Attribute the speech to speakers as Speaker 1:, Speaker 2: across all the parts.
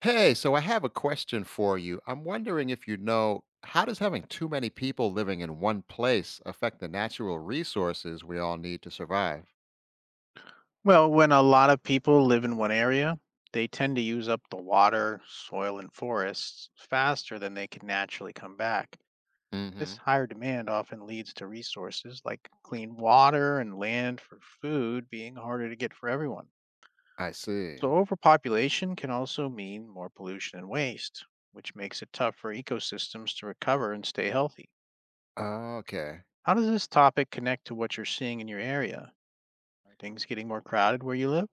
Speaker 1: Hey, so I have a question for you. I'm wondering if you know how does having too many people living in one place affect the natural resources we all need to survive?
Speaker 2: Well, when a lot of people live in one area, they tend to use up the water, soil, and forests faster than they can naturally come back. This
Speaker 1: Hmm.
Speaker 2: higher demand often leads to resources like clean water and land for food being harder to get for everyone.
Speaker 1: I see.
Speaker 2: So, overpopulation can also mean more pollution and waste, which makes it tough for ecosystems to recover and stay healthy.
Speaker 1: Okay.
Speaker 2: How does this topic connect to what you're seeing in your area? Are things getting more crowded where you live?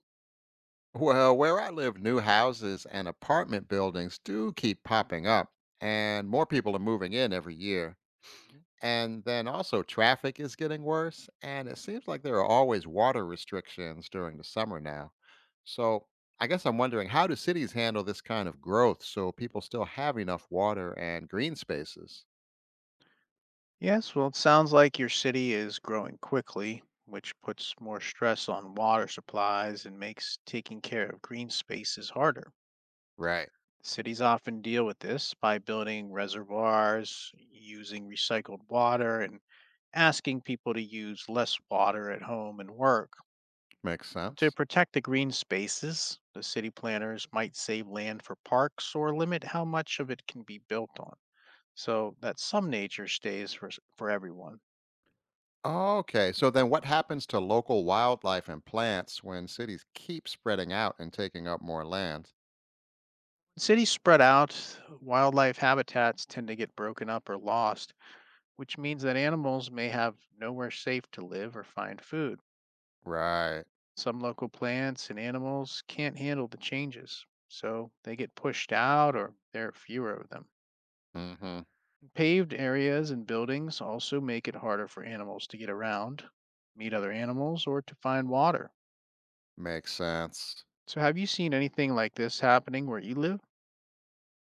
Speaker 1: Well, where I live, new houses and apartment buildings do keep popping up, and more people are moving in every year.
Speaker 2: Mhm.
Speaker 1: And then also, traffic is getting worse, and it seems like there are always water restrictions during the summer now. So, I guess I'm wondering how do cities handle this kind of growth so people still have enough water and green spaces?
Speaker 2: Yes, well, it sounds like your city is growing quickly, which puts more stress on water supplies and makes taking care of green spaces harder.
Speaker 1: Right.
Speaker 2: Cities often deal with this by building reservoirs, using recycled water, and asking people to use less water at home and work.
Speaker 1: Makes
Speaker 2: To
Speaker 1: sense.
Speaker 2: protect the green spaces, the city planners might save land for parks or limit how much of it can be built on so that some nature stays for, for everyone. When
Speaker 1: Okay. So, then what happens to local wildlife and plants when cities keep spreading out and taking up more land?
Speaker 2: cities spread out, wildlife habitats tend to get broken up or lost, which means that animals may have nowhere safe to live or find food.
Speaker 1: Right.
Speaker 2: Some local plants and animals can't handle the changes, so they get pushed out or there are fewer of them.
Speaker 1: Mm hmm.
Speaker 2: Paved areas and buildings also make it harder for animals to get around, meet other animals, or to find water.
Speaker 1: Makes sense.
Speaker 2: So, have you seen anything like this happening where you live?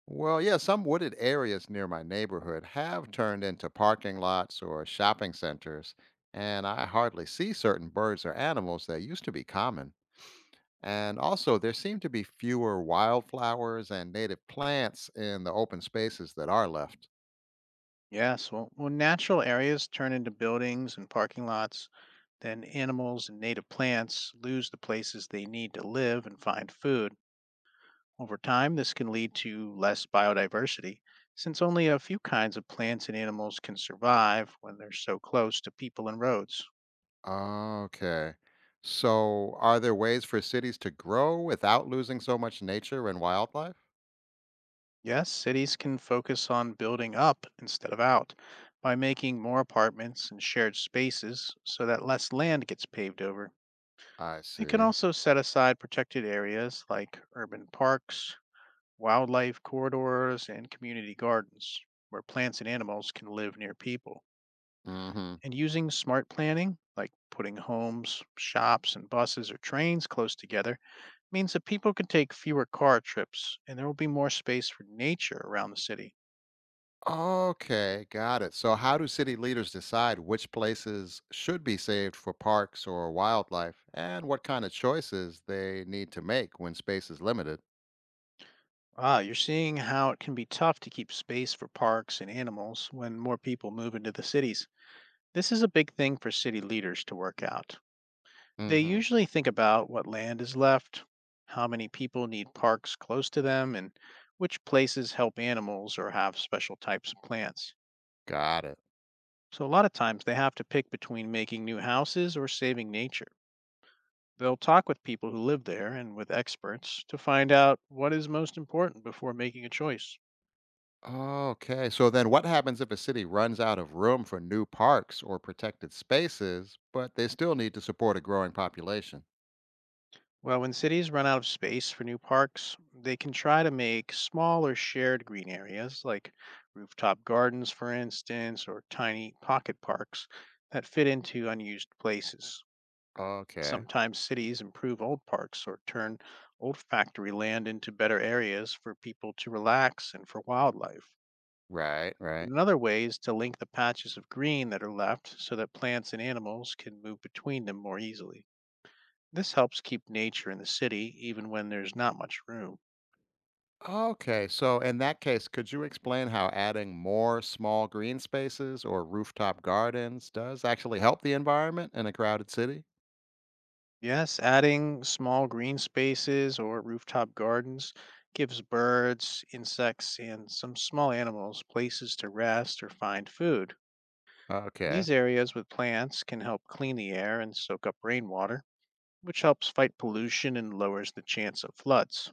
Speaker 1: Well, yeah, some wooded areas near my neighborhood have turned into parking lots or shopping centers, and I hardly see certain birds or animals that used to be common. And also, there seem to be fewer wildflowers and native plants in the open spaces that are left.
Speaker 2: Yes, well, when natural areas turn into buildings and parking lots, then animals and native plants lose the places they need to live and find food. Over time, this can lead to less biodiversity, since only a few kinds of plants and animals can survive when they're so close to people and roads.
Speaker 1: Okay. So, are there ways for cities to grow without losing so much nature and wildlife?
Speaker 2: Yes, cities can focus on building up instead of out by making more apartments and shared spaces so that less land gets paved over.
Speaker 1: I
Speaker 2: They can
Speaker 1: see.
Speaker 2: also set aside protected areas like urban parks, wildlife corridors, and community gardens where plants and animals can live near people.
Speaker 1: Mm hmm.
Speaker 2: And using smart planning, like putting homes, shops, and buses or trains close together, means that people can take fewer car trips and there will be more space for nature around the city.
Speaker 1: Okay, got it. So, how do city leaders decide which places should be saved for parks or wildlife and what kind of choices they need to make when space is limited?
Speaker 2: Ah, you're seeing how it can be tough to keep space for parks and animals when more people move into the cities. This is a big thing for city leaders to work out. They
Speaker 1: Hmm.
Speaker 2: usually think about what land is left, how many people need parks close to them, and which places help animals or have special types of plants.
Speaker 1: Got it.
Speaker 2: So, a lot of times they have to pick between making new houses or saving nature. They'll talk with people who live there and with experts to find out what is most important before making a choice.
Speaker 1: Okay, so then what happens if a city runs out of room for new parks or protected spaces, but they still need to support a growing population?
Speaker 2: Well, when cities run out of space for new parks, they can try to make smaller shared green areas, like rooftop gardens, for instance, or tiny pocket parks that fit into unused places.
Speaker 1: Okay,
Speaker 2: Sometimes cities improve old parks or turn old factory land into better areas for people to relax and for wildlife.
Speaker 1: right, right.
Speaker 2: Another way is to link the patches of green that are left so that plants and animals can move between them more easily. This helps keep nature in the city even when there's not much room.
Speaker 1: Okay, so in that case, could you explain how adding more small green spaces or rooftop gardens does actually help the environment in a crowded city?
Speaker 2: Yes, adding small green spaces or rooftop gardens gives birds, insects, and some small animals places to rest or find food. And
Speaker 1: Okay,
Speaker 2: these areas with plants can help clean the air and soak up rainwater, which helps fight pollution and lowers the chance of floods.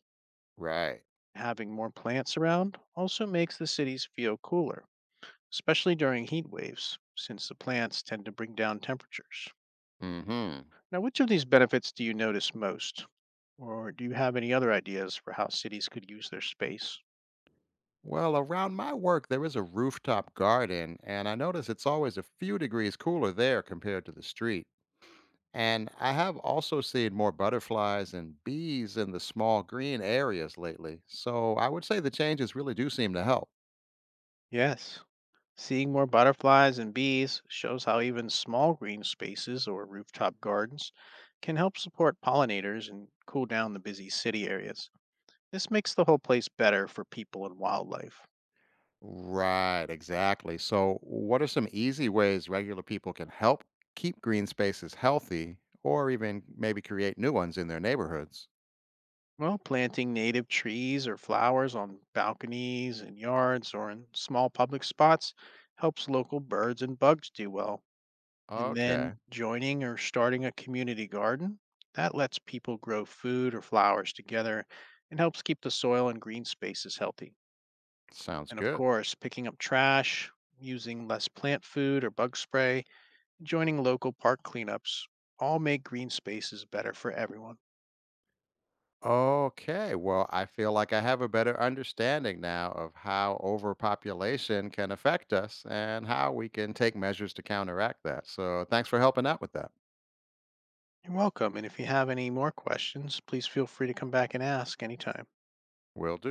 Speaker 1: right.
Speaker 2: Having more plants around also makes the cities feel cooler, especially during heat waves, since the plants tend to bring down temperatures.
Speaker 1: Hmm.
Speaker 2: Now, which of these benefits do you notice most? Or do you have any other ideas for how cities could use their space?
Speaker 1: Well, around my work, there is a rooftop garden, and I notice it's always a few degrees cooler there compared to the street. And I have also seen more butterflies and bees in the small green areas lately, so I would say the changes really do seem to help.
Speaker 2: Yes. Seeing more butterflies and bees shows how even small green spaces or rooftop gardens can help support pollinators and cool down the busy city areas. This makes the whole place better for people and wildlife.
Speaker 1: Right, exactly. So, what are some easy ways regular people can help keep green spaces healthy or even maybe create new ones in their neighborhoods?
Speaker 2: Well, planting native trees or flowers on balconies and yards or in small public spots helps local birds and bugs do well. And
Speaker 1: Okay,
Speaker 2: then joining or starting a community garden that lets people grow food or flowers together and helps keep the soil and green spaces healthy.
Speaker 1: sounds
Speaker 2: And of
Speaker 1: good.
Speaker 2: course, picking up trash, using less plant food or bug spray, joining local park cleanups all make green spaces better for everyone.
Speaker 1: Okay, well, I feel like I have a better understanding now of how overpopulation can affect us and how we can take measures to counteract that. So, thanks for helping out with that.
Speaker 2: You're welcome. And if you have any more questions, please feel free to come back and ask anytime.
Speaker 1: Will do.